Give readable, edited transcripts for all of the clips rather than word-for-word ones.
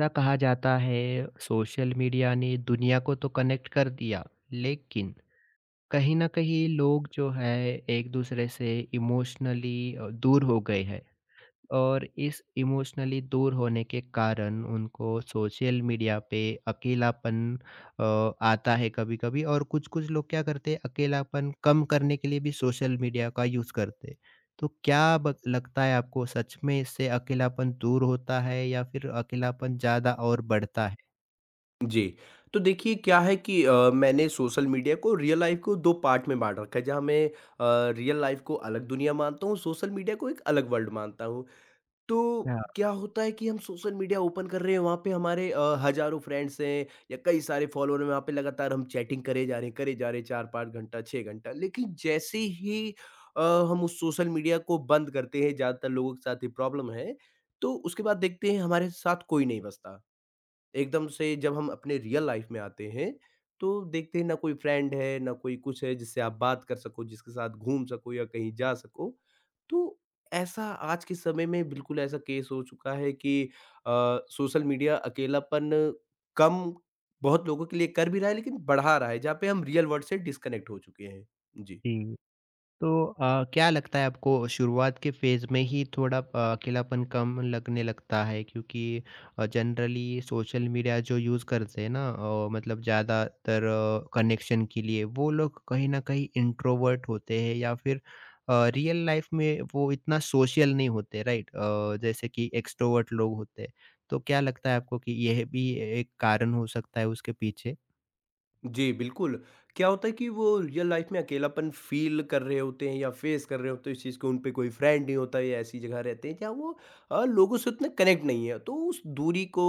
ऐसा कहा जाता है सोशल मीडिया ने दुनिया को तो कनेक्ट कर दिया लेकिन कहीं ना कहीं लोग जो है एक दूसरे से इमोशनली दूर हो गए हैं और इस इमोशनली दूर होने के कारण उनको सोशल मीडिया पे अकेलापन अ, आता है कभी-कभी और कुछ-कुछ लोग क्या करते हैं अकेलापन कम करने के लिए भी सोशल मीडिया का यूज़ करते हैं। तो क्या ब लगता है आपको सच में इससे अकेलापन दूर होता है या फिर अकेलापन ज़्यादा और बढ़ता है? जी। तो देखिए क्या है कि मैंने सोशल मीडिया को रियल लाइफ़ को 2 पार्ट में बाँट रखा है जहाँ मैं रियल लाइफ़ को अलग दुनिया मानता हूँ, सोशल मीडिया को एक अलग वर्ल्ड मानता हूँ। तो हाँ, क्या होता है कि हम सोशल मीडिया ओपन कर रहे हैं वहाँ पे हमारे हज़ारों फ्रेंड्स हैं या कई सारे फ़ॉलोवर हैं वहाँ पे लगातार हम चैटिंग करे जा रहे हैं, करे जा रहे हैं 4-5 घंटा, 6 घंटा। लेकिन जैसे ही अ, हम उस सोशल मीडिया को बंद करते हैं ज़्यादातर लोगों के साथ ये प्रॉब्लम है, तो उसके बाद देखते हैं हमारे साथ कोई नहीं बचता। एकदम से जब हम अपने रियल लाइफ में आते हैं, तो देखते हैं ना कोई फ्रेंड है, ना कोई कुछ है जिससे आप बात कर सको, जिसके साथ घूम सको या कहीं जा सको। तो ऐसा आज के समय में बिल्कुल ऐसा केस हो चुका है कि सोशल मीडिया अकेलापन कम बहुत लोगों के लिए कर भी रहा है लेकिन बढ़ा रहा है, जहाँ पे हम रियल वर्ल्ड से डिस्कनेक्ट हो चुके हैं। जी। जी। तो क्या लगता है आपको शुरुआत के फ़ेज़ में ही थोड़ा अकेलापन कम लगने लगता है क्योंकि जनरली सोशल मीडिया जो यूज़ करते हैं ना, मतलब ज़्यादातर कनेक्शन के लिए वो लोग कहीं न कहीं इंट्रोवर्ट होते हैं या फिर रियल लाइफ़ में वो इतना सोशल नहीं होते, राइट? जैसे कि एक्सट्रोवर्ट लोग होते हैं। तो क्या लगता है आपको कि यह भी एक कारण हो सकता है उसके पीछे? जी, बिल्कुल। क्या होता है कि वो रियल लाइफ़ में अकेलापन फ़ील कर रहे होते हैं या फ़ेस कर रहे होते हैं इस चीज़ को, उन पे कोई फ्रेंड नहीं होता या ऐसी जगह रहते हैं जहाँ वो लोगों से उतना कनेक्ट नहीं है। तो उस दूरी को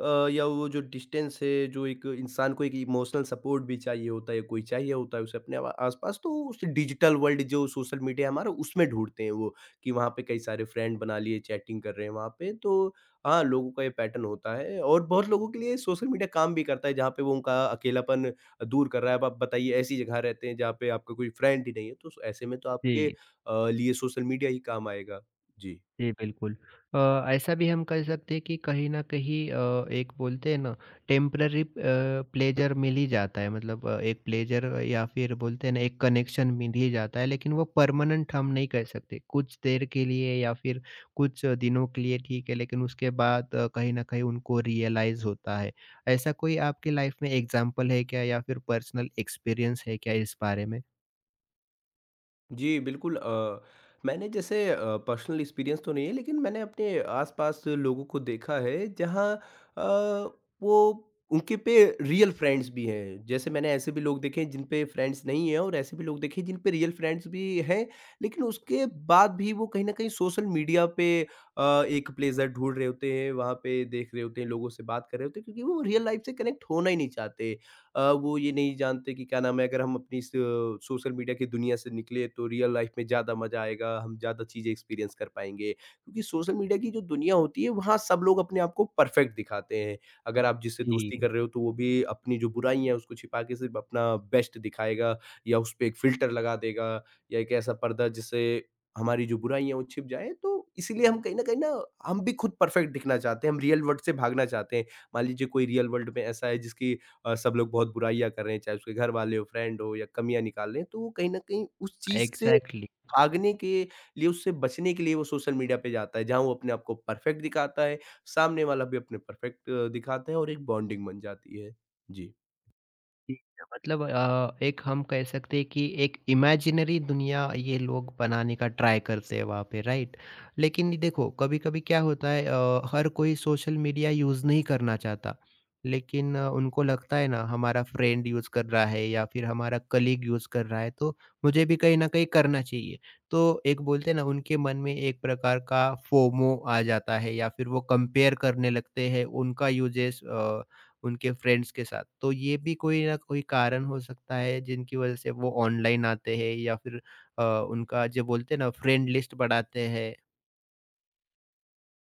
या वो जो डिस्टेंस है, जो एक इंसान को एक इमोशनल सपोर्ट भी चाहिए होता है, कोई चाहिए होता है उसे अपने व आस-पास, तो उस डिजिटल वर्ल्ड जो सोशल मीडिया है हमारा उसमें ढूँढते हैं वो, कि वहाँ पे कई सारे फ्रेंड बना लिए, चैटिंग कर रहे हैं वहाँ पे। तो हाँ, लोगों का ये पैटर्न होता है और बहुत लोगों के लिए सोशल मीडिया काम भी करता है, जहाँ पे वो उनका अकेलापन दूर कर रहा है। अब आप बताइए ऐसी जगह रहते हैं जहाँ पे आपका कोई फ्रेंड ही नहीं है, तो ऐसे में तो आपके जी। लिए सोशल मीडिया ही काम आएगा। जी। जी, बिल्कुल। अ, ऐसा भी हम कह सकते हैं कि कहीं न कहीं एक बोलते हैं ना, टेम्पररी प्लेज़र मिल ही जाता है, मतलब एक प्लेज़र या फिर बोलते हैं ना, एक कनेक्शन मिल ही जाता है, लेकिन वो परमानेंट हम नहीं कह सकते। कुछ देर के लिए या फिर कुछ दिनों के लिए ठीक है, लेकिन उसके बाद कहीं न कहीं उनको रियलाइज़ होता है। ऐसा कोई आपकी लाइफ़ में एग्ज़ाम्पल है क्या या फिर पर्सनल एक्सपीरियंस है क्या इस बारे में? जी, बिल्कुल। मैंने जैसे पर्सनल एक्सपीरियंस तो नहीं है लेकिन मैंने अपने आस-पास लोगों को देखा है जहाँ वो उनके पे रियल फ्रेंड्स भी हैं। जैसे मैंने ऐसे भी लोग देखे हैं जिन पे फ्रेंड्स नहीं हैं और ऐसे भी लोग देखे हैं जिन पे रियल फ्रेंड्स भी हैं, लेकिन उसके बाद भी वो कहीं न कहीं सोशल मीडिया पे एक प्लेज़र ढूँढ रहे होते हैं, वहाँ पे देख रहे होते हैं, लोगों से बात कर रहे होते हैं क्योंकि वो रियल लाइफ़ से कनेक्ट होना ही नहीं चाहते। वो ये नहीं जानते कि क्या नाम है, अगर हम अपनी इस सोशल मीडिया की दुनिया से निकले तो रियल लाइफ में ज़्यादा मज़ा आएगा, हम ज़्यादा चीज़ें एक्सपीरियंस कर पाएँगे। क्योंकि सोशल मीडिया की जो दुनिया होती है, वहाँ सब लोग अपने आप को परफेक्ट दिखाते हैं। अगर आप जिससे दोस्ती जी, कर रहे हो, तो वो भी अपनी जो बुराई है, उसको छिपा के सिर्फ़ अपना बेस्ट दिखाएगा या उसपे एक फ़िल्टर लगा देगा या एक ऐसा पर्दा जिससे हमारी जो बुराई है, वो छिप जाए। तो इसीलिए हम कहीं न कहीं ना, हम भी खुद परफेक्ट दिखना चाहते हैं, हम रियल वर्ल्ड से भागना चाहते हैं। मान लीजिए कोई रियल वर्ल्ड में ऐसा है जिसकी सब लोग बहुत बुराइयाँ कर रहे हैं, चाहे उसके घर वाले हो, फ्रेंड हो या कमियाँ निकाल रहे हैं, तो वो कहीं न कहीं उस चीज़ से एग्ज़ैक्टली। भागने के लिए, उससे बचने के लिए वो सोशल मीडिया पे जाता है, जहाँ वो अपने आप को परफेक्ट दिखाता है, सामने वाला भी अपने परफेक्ट दिखाता है और एक बॉन्डिंग बन जाती है। जी। ठीक है, मतलब एक हम कह सकते हैं कि एक इमेजिनरी दुनिया ये लोग बनाने का ट्राई करते हैं वहाँ पे, राइट। लेकिन ये देखो कभी-कभी क्या होता है, हर कोई सोशल मीडिया यूज़ नहीं करना चाहता। लेकिन उनको लगता है ना, हमारा फ्रेंड यूज़ कर रहा है या फिर हमारा कलीग यूज़ कर रहा है तो मुझे भी कहीं न कहीं करना चाहिए। तो एक बोलते हैं ना, उनके मन में एक प्रकार का फोमो आ जाता है या फिर वो कंपेयर करने लगते हैं उनका यूजेस उनके फ्रेंड्स के साथ। तो ये भी कोई ना कोई कारण हो सकता है जिनकी वज़ह से वो ऑनलाइन आते हैं या फिर अ, उनका जो बोलते हैं ना, फ्रेंड लिस्ट बढ़ाते हैं।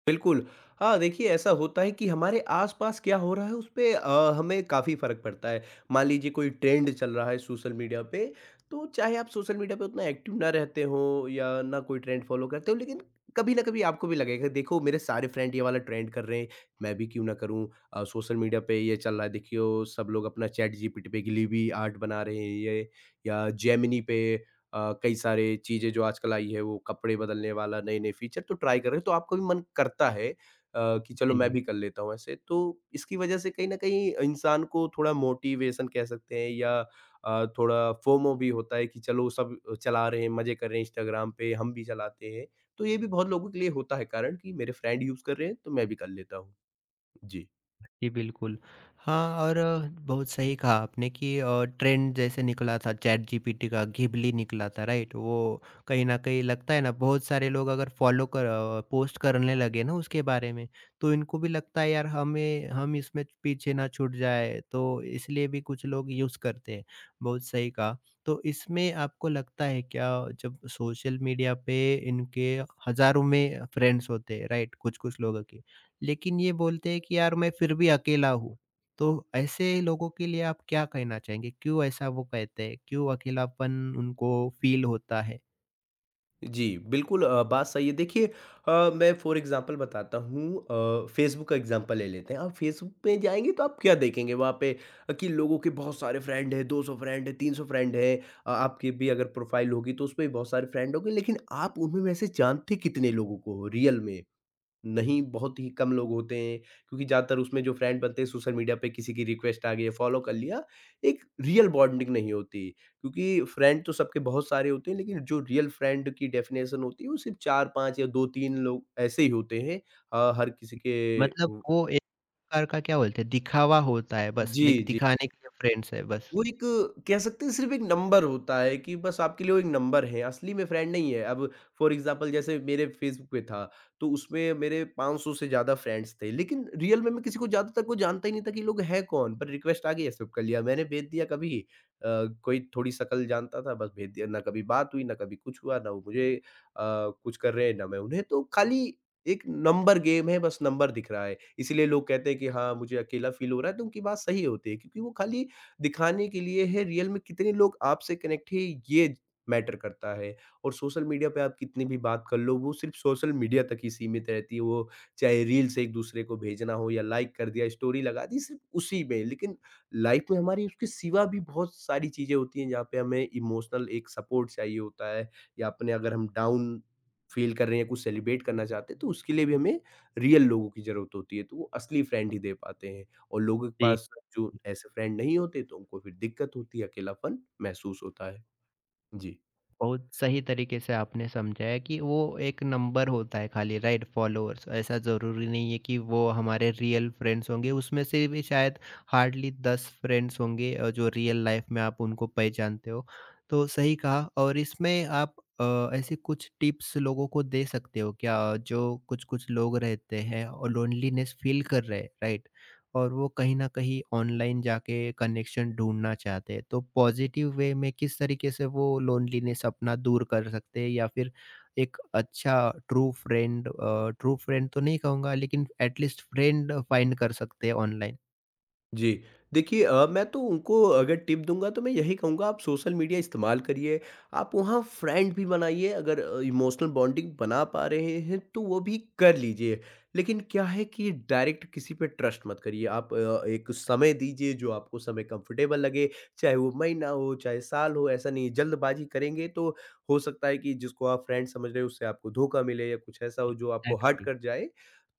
बिल्कुल। हाँ, देखिए ऐसा होता है कि हमारे आस-पास क्या हो रहा है उसपे हमें काफ़ी फ़र्क पड़ता है। मान लीजिए कोई ट्रेंड चल रहा है सोशल मीडिया पे, तो चाहे आप सोशल मीडिया पे उतना एक्टिव ना रहते हो या ना कोई ट्रेंड फ़ॉलो करते हो, लेकिन कभी ना कभी आपको भी लगेगा देखो मेरे सारे फ्रेंड ये वाला ट्रेंड कर रहे हैं, मैं भी क्यों ना करूँ। सोशल मीडिया पे ये चल रहा है देखियो सब लोग अपना चैट जीपीटी पे ग्लीबी आर्ट बना रहे हैं ये या जेमिनी पे कई सारे चीज़ें जो आजकल आई है वो कपड़े बदलने वाला नए-नए फीचर तो ट्राई कर रहे हैं, तो आपका भी मन करता है कि चलो मैं जी, भी कर लेता हूँ ऐसे। तो इसकी वजह से कहीं न कहीं इंसान को थोड़ा मोटिवेशन कह सकते हैं या थोड़ा फोमो भी होता है कि चलो सब चला रहे हैं, मज़े कर रहे हैं इंस्टाग्राम पे, हम भी चलाते हैं। तो ये भी बहुत लोगों के लिए होता है कारण कि मेरे फ्रेंड यूज़ कर रहे हैं, तो मैं भी कर लेता हूँ। जी। जी, बिल्कुल। हाँ, और बहुत सही कहा आपने कि ट्रेंड जैसे निकला था चैटजीपीटी का, घिबली निकला था, राइट? वो कहीं न कहीं लगता है ना, बहुत सारे लोग अगर पोस्ट करने लगे ना उसके बारे में, तो इनको भी लगता है यार हमें हम इसमें पीछे ना छूट जाए, तो इसलिए भी कुछ लोग यूज़ करते हैं। बहुत सही कहा। तो इसमें आपको लगता है क्या, जब सोशल मीडिया पे इनके हज़ारों में फ्रेंड्स होते हैं, राइट? कुछ-कुछ लोगों के, लेकिन ये बोलते हैं कि यार मैं फिर भी अकेला हूँ। तो ऐसे लोगों के लिए आप क्या कहना चाहेंगे? क्यों ऐसा वो कहते हैं? क्यों अकेलापन उनको फ़ील होता है? जी, बिल्कुल। बात सही है। देखिए मैं फ़ॉर एग्ज़ाम्पल बताता हूँ। फ़ेसबुक का एग्ज़ाम्पल ले लेते हैं। आप फ़ेसबुक पे जाएँगे तो आप क्या देखेंगे वहाँ पे कि लोगों के बहुत सारे फ्रेंड हैं, 200 फ्रेंड हैं, 300 फ्रेंड हैं। आपकी भी अगर प्रोफ़ाइल होगी तो उसमें भी बहुत सारे फ्रेंड होंगे लेकिन आप उनमें में से जानते कितने लोगों को हो रियल में? नहीं, बहुत ही कम लोग होते हैं क्योंकि ज़्यादातर उसमें जो फ्रेंड बनते हैं सोशल मीडिया पे किसी की रिक्वेस्ट आ गई है, फॉलो कर लिया। एक रियल बॉन्डिंग नहीं होती क्योंकि फ्रेंड तो सबके बहुत सारे होते हैं लेकिन जो रियल फ्रेंड की डेफ़िनेशन होती है वो सिर्फ़ 4-5 या 2-3 लोग ऐसे ही होते हैं। अ, हर किसी के मतलब उ वो एक प्रकार का क्या बोलते हैं, दिखावा होता है बस, जी, लाइक जी। दिखाने के लिए फ्रेंड्स है बस। वो एक कह सकते हैं सिर्फ़ एक नंबर होता है कि बस आपके लिए वो एक नंबर है, असली में फ्रेंड नहीं है। अब फ़ॉर एग्ज़ाम्पल जैसे मेरे फ़ेसबुक पे था, तो उसमें मेरे 500 से ज़्यादा फ्रेंड्स थे, लेकिन रियल में मैं किसी को ज़्यादा तक वो जानता ही नहीं था कि ये लोग हैं कौन? पर रिक्वेस्ट आ गई एक्सेप्ट कर लिया। मैंने भेज दिया कभी अ, कोई थोड़ी शकल जानता था बस भेज दिया, ना कभी बात हुई, ना कभी कुछ हुआ, ना वो मुझे अ, कुछ कर रहे हैं, ना मैं उन्हें। तो खाली एक नंबर गेम है, बस नंबर दिख रहा है। इसीलिए लोग कहते हैं कि हाँ, मुझे अकेला फ़ील हो रहा है, तो उनकी बात सही होती है क्योंकि वो खाली दिखाने के लिए है, रियल में कितने लोग आपसे कनेक्ट है ये मैटर करता है। और सोशल मीडिया पे आप कितनी भी बात कर लो वो सिर्फ सोशल मीडिया तक ही सीमित रहती है, वो चाहे रील्स एक दूसरे को भेजना हो या लाइक कर दिया स्टोरी लगा दी सिर्फ उसी में। लेकिन लाइफ में हमारी उसके सिवा भी बहुत सारी चीज़ें होती हैं जहाँ पे हमें इमोशनल एक सपोर्ट चाहिए होता है, या अपने अगर हम डाउन फील कर रहे हैं कुछ सेलिब्रेट करना चाहते हैं तो उसके लिए भी हमें रियल लोगों की ज़रूरत होती है, तो वो असली फ्रेंड ही दे पाते हैं। और लोगों के पास जो ऐसे फ्रेंड नहीं होते तो उनको फिर दिक्कत होती है, अकेलापन महसूस होता है। जी। बहुत सही तरीके से आपने समझाया कि वो एक नंबर होता है खाली, राइट? फॉलोअर्स, ऐसा ज़रूरी नहीं है कि वो हमारे रियल फ्रेंड्स होंगे, उसमें से भी शायद हार्डली दस फ्रेंड्स होंगे जो रियल लाइफ में आप उनको पहचानते हो। तो सही कहा और इसमें आप ऐसे कुछ टिप्स लोगों को दे सकते हो क्या, जो कुछ कुछ लोग रहते हैं और लोनलीनेस फील कर रहे हैं, राइट? और वो कहीं न कहीं ऑनलाइन जाके कनेक्शन ढूँढना चाहते हैं। तो पॉज़िटिव वे में किस तरीके से वो लोनलीनेस अपना दूर कर सकते हैं या फिर एक अच्छा ट्रू फ्रेंड तो नहीं कहूँगा, लेकिन एट लीस्ट फ्रेंड फाइंड कर सकते हैं ऑनलाइन? जी। देखिए मैं तो उनको अगर टिप दूँगा तो मैं यही कहूँगा आप सोशल मीडिया इस्तेमाल करिए, आप वहाँ फ्रेंड भी बनाइए अगर इमोशनल बॉन्डिंग बना पा रहे हैं तो वो भी कर लीजिए। लेकिन क्या है कि डायरेक्ट किसी पे ट्रस्ट मत करिए, आप एक समय दीजिए जो आपको समय कंफर्टेबल लगे, चाहे वो महीना हो, चाहे साल हो, ऐसा नहीं है। जल्दबाज़ी करेंगे तो हो सकता है कि जिसको आप फ्रेंड समझ रहे हो उससे आपको धोखा मिले या कुछ ऐसा हो जो आपको हर्ट एक्जेक्टली। कर जाए,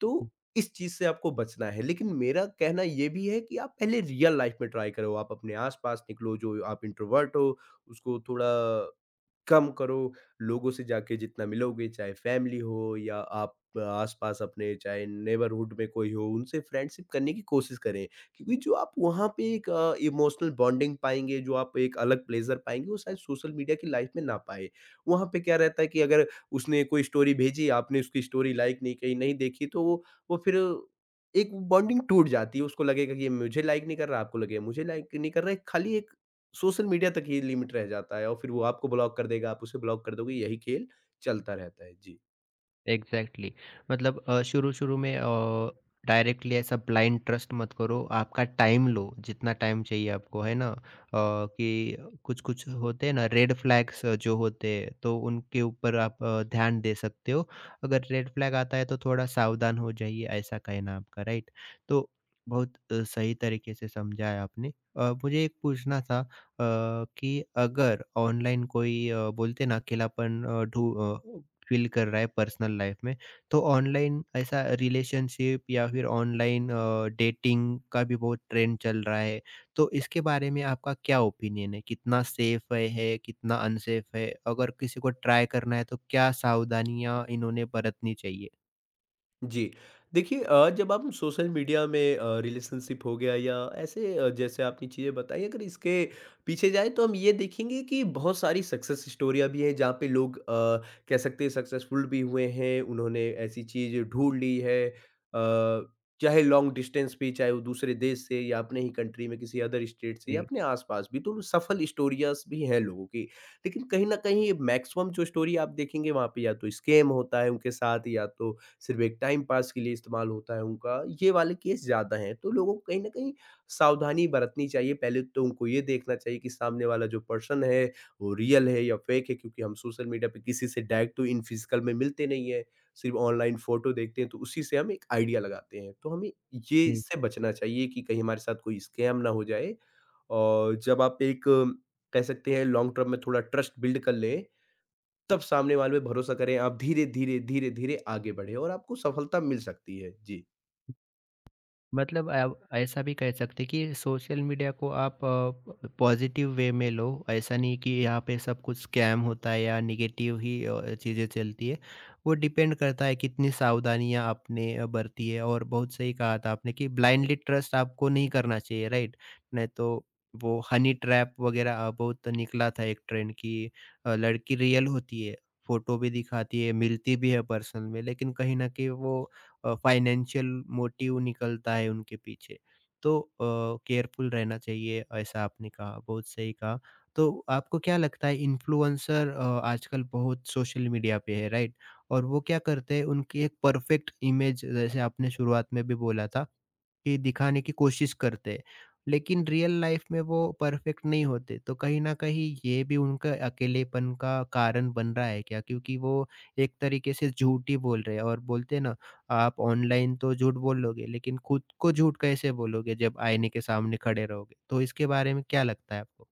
तो इस चीज़ से आपको बचना है। लेकिन मेरा कहना ये भी है कि आप पहले रियल लाइफ़ में ट्राई करो। आप अपने आस-पास निकलो, जो आप इंट्रोवर्ट हो उसको थोड़ा कम करो, लोगों से जाके जितना मिलोगे, चाहे फ़ैमिली हो या आप आस-पास अपने चाहे नेबरहुड में कोई हो, उनसे फ्रेंडशिप करने की कोशिश करें। क्योंकि जो आप वहाँ पे एक इमोशनल बॉन्डिंग पाएँगे, जो आप एक अलग प्लेज़र पाएँगे, वो शायद सोशल मीडिया की लाइफ़ में ना पाएँ। वहाँ पे क्या रहता है कि अगर उसने कोई स्टोरी भेजी, आपने उसकी स्टोरी लाइक नहीं की, नहीं देखी, तो वो फिर एक बॉन्डिंग टूट जाती है। उसको लगेगा कि ये मुझे लाइक नहीं कर रहा, आपको लगेगा मुझे लाइक नहीं कर रहा है, खाली एक सोशल मीडिया तक ही लिमिट रह जाता है और फिर वो आपको ब्लॉक कर देगा, आप उसे ब्लॉक कर दोगे, यही खेल चलता रहता है। जी। Exactly exactly. मतलब शुरू-शुरू में डायरेक्टली ऐसा ब्लाइंड ट्रस्ट मत करो, आपका टाइम लो, जितना टाइम चाहिए आपको, है ना? कि कुछ-कुछ होते हैं ना रेड फ्लैग्स जो होते हैं, तो उनके ऊपर आप ध्यान दे सकते हो। अगर रेड फ्लैग आता है तो थोड़ा सावधान हो जाइए, ऐसा कहना है आपका, राइट? तो बहुत सही तरीके से समझाया आपने। मुझे एक पूछना था, कि अगर ऑनलाइन कोई बोलते हैं ना, अकेलापन अ, ढू अ फ़ील कर रहा है पर्सनल लाइफ़ में। तो ऑनलाइन ऐसा रिलेशनशिप या फिर ऑनलाइन डेटिंग का भी बहुत ट्रेंड चल रहा है। तो इसके बारे में आपका क्या ओपिनियन है? कितना सेफ़ है, कितना अनसेफ़ है? अगर किसी को ट्राई करना है तो क्या सावधानियाँ इन्होंने बरतनी चाहिए? जी। देखिए जब आप सोशल मीडिया में रिलेशनशिप हो गया या ऐसे जैसे आपने चीज़ें बताई अगर इसके पीछे जाएँ तो हम ये देखेंगे कि बहुत सारी सक्सेस स्टोरियाँ भी हैं जहाँ पे लोग कह सकते हैं सक्सेसफुल भी हुए हैं, उन्होंने ऐसी चीज़ ढूँढ ली है। अ, चाहे लॉन्ग डिस्टेंस पे चाहे वो दूसरे देश से या अपने ही कंट्री में किसी अदर स्टेट से या जी, अपने आस-पास भी तो सफल स्टोरियाज़ भी हैं लोगों की। लेकिन कहीं न कहीं मैक्सिमम जो स्टोरी आप देखेंगे, वहाँ पे या तो स्कैम होता है उनके साथ, या तो सिर्फ़ एक टाइम पास के लिए इस्तेमाल होता है उनका, ये वाले केस ज़्यादा हैं। तो लोगों को कहीं न कहीं सावधानी बरतनी चाहिए। पहले तो उनको ये देखना चाहिए कि सामने वाला जो पर्सन है, वो रियल है या फ़ेक है, क्योंकि हम सोशल मीडिया पे किसी से डायरेक्ट तो इन फ़िज़िकल में मिलते नहीं हैं, सिर्फ़ ऑनलाइन फ़ोटो देखते हैं, तो उसी से हम एक आइडिया लगाते हैं। तो हमें ये जी। इससे बचना चाहिए कि कहीं हमारे साथ कोई स्कैम ना हो जाए। और जब आप एक, कह सकते हैं, लॉन्ग टर्म में थोड़ा ट्रस्ट बिल्ड कर लें, तब सामने वाले पे भरोसा करें, आप धीरे-धीरे, धीरे-धीरे आगे बढ़ें और आपको सफलता मिल सकती है। जी। मतलब आप ऐसा भी कह सकते हैं कि सोशल मीडिया को आप पॉजिटिव वे में लो, ऐसा नहीं कि यहाँ पे सब कुछ स्कैम होता है या निगेटिव ही चीज़ें चलती है। वो डिपेंड करता है कितनी सावधानियाँ आपने बरती है और बहुत सही कहा था आपने कि ब्लाइंडली ट्रस्ट आपको नहीं करना चाहिए, राइट? नहीं तो वो हनी ट्रैप वगैरह बहुत निकला था, एक ट्रेंड की लड़की रियल होती है, फोटो भी दिखाती है, मिलती भी है पर्सन में, लेकिन कहीं ना कहीं वो फाइनेंशियल मोटिव निकलता है उनके पीछे। तो केयरफुल रहना चाहिए, ऐसा आपने कहा, बहुत सही कहा। तो आपको क्या लगता है, इन्फ्लुएंसर आजकल बहुत सोशल मीडिया पे है, राइट? और वो क्या करते हैं, उनकी एक परफेक्ट इमेज जैसे आपने शुरुआत में भी बोला था, कि दिखाने की कोशिश करते हैं, लेकिन रियल लाइफ में वो परफेक्ट नहीं होते। तो कहीं न कहीं ये भी उनका अकेलेपन का कारण बन रहा है क्या? क्योंकि वो एक तरीके से झूठ ही बोल रहे हैं और बोलते हैं ना, आप ऑनलाइन तो झूठ बोल लोगे, लेकिन खुद को झूठ कैसे बोलोगे जब आईने के सामने खड़े रहोगे? तो इसके बारे में क्या लगता है आपको?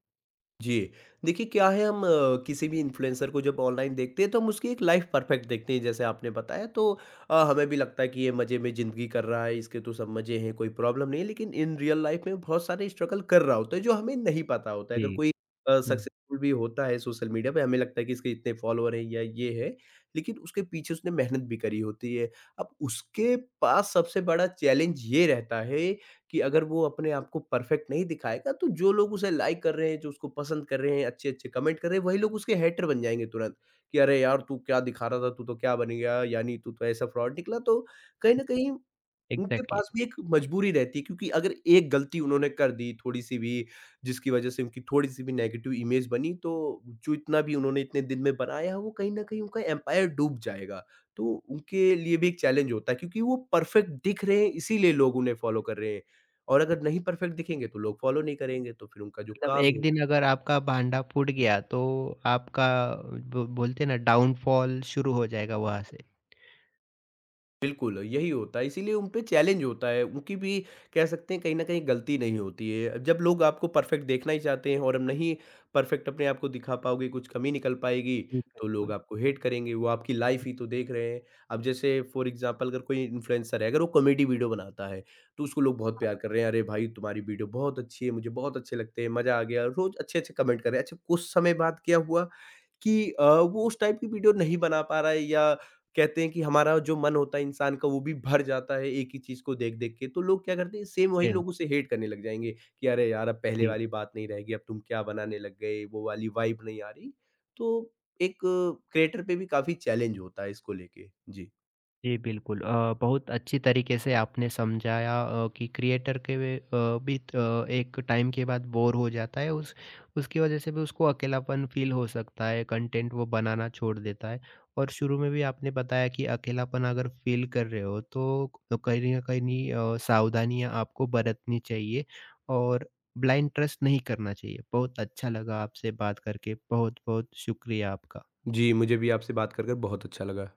जी, देखिए क्या है, हम किसी भी इन्फ्लुएंसर को जब ऑनलाइन देखते हैं, तो हम उसकी एक लाइफ परफेक्ट देखते हैं, जैसे आपने बताया। तो हमें भी लगता है कि ये मज़े में ज़िंदगी कर रहा है, इसके तो सब मज़े हैं, कोई प्रॉब्लम नहीं है। लेकिन इन रियल लाइफ में बहुत सारे स्ट्रगल कर रहा होता है, जो हमें नहीं पता होता है। जी। अगर कोई हुँ, सक्सेसफुल भी होता है सोशल मीडिया पे, हमें लगता है कि इसके इतने फॉलोवर हैं या ये है, लेकिन उसके पीछे उसने मेहनत भी करी होती है। अब उसके पास सबसे बड़ा चैलेंज ये रहता है कि अगर वो अपने आप को परफेक्ट नहीं दिखाएगा, तो जो लोग उसे लाइक कर रहे हैं, जो उसको पसंद कर रहे हैं, अच्छे-अच्छे कमेंट कर रहे हैं, वही लोग उसके हेटर बन जाएँगे तुरंत। कि अरे यार! तू क्या दिखा रहा था, तू तो क्या बन गया, यानी तू तो ऐसा फ्रॉड निकला। तो कहीं न कहीं उनके एग्ज़ैक्टली। पास भी एक मजबूरी रहती है, क्योंकि अगर एक गलती उन्होंने कर दी थोड़ी-सी भी, जिसकी वजह से उनकी थोड़ी-सी भी नेगेटिव इमेज बनी, तो जो इतना भी उन्होंने इतने दिन में बनाया है, वो कहीं न कहीं उनका एम्पायर डूब जाएगा। तो उनके लिए भी एक चैलेंज होता है, क्योंकि वो परफेक्ट दिख रहे हैं इसीलिए लोग उन्हें फॉलो कर रहे हैं, और अगर नहीं परफेक्ट दिखेंगे तो लोग फॉलो नहीं करेंगे, तो फिर उनका जो मतलब काम एक है। दिन अगर आपका भांडा फूट गया तो आपका ब बोलते हैं ना, डाउनफॉल शुरू हो जाएगा वहाँ से। बिल्कुल, यही होता है, इसीलिए उन पे चैलेंज होता है, उनकी भी, कह सकते हैं, कहीं न कहीं गलती नहीं होती है। जब लोग आपको परफेक्ट देखना ही चाहते हैं, और हम नहीं परफेक्ट अपने आप को दिखा पाओगे, कुछ कमी निकल पाएगी, जी, तो लोग बिल्कुल। आपको हेट करेंगे, वो आपकी लाइफ़ ही तो देख रहे हैं। अब जैसे फ़ॉर एग्ज़ाम्पल, अगर कोई इन्फ्लुएंसर है, अगर वो कॉमेडी वीडियो बनाता है, तो उसको लोग बहुत प्यार कर रहे हैं, "अरे भाई! तुम्हारी वीडियो बहुत अच्छी है, मुझे बहुत अच्छे लगते हैं, मज़ा आ गया।" रोज़ अच्छे-अच्छे कमेंट कर रहे हैं। अच्छा, कुछ समय बाद क्या हुआ कि वो उस टाइप की वीडियो नहीं बना पा रहा है, या कहते हैं कि हमारा जो मन होता है इंसान का, वो भी भर जाता है एक ही चीज़ को देख-देख के। तो लोग क्या करते हैं, सेम वही सेम, लोग उसे हेट करने लग जाएँगे, कि अरे यार! अब पहले जी। वाली बात नहीं रहेगी, अब तुम क्या बनाने लग गए, वो वाली वाइब नहीं आ रही। तो एक क्रिएटर पे भी काफ़ी चैलेंज होता है इसको लेके। जी। जी, बिल्कुल। बहुत अच्छी तरीके से आपने समझाया, कि क्रिएटर के वे अ, भी त अ, एक टाइम के बाद बोर हो जाता है, उस उसकी वज़ह से भी उसको अकेलापन फ़ील हो सकता है, कंटेंट वो बनाना छोड़ देता है। और शुरू में भी आपने बताया कि अकेलापन अगर फ़ील कर रहे हो, तो कहीं न कहीं सावधानियाँ आपको बरतनी चाहिए और ब्लाइंड ट्रस्ट नहीं करना चाहिए। बहुत अच्छा लगा आपसे बात करके, बहुत-बहुत शुक्रिया आपका। जी, मुझे भी आपसे बात कर बहुत अच्छा लगा।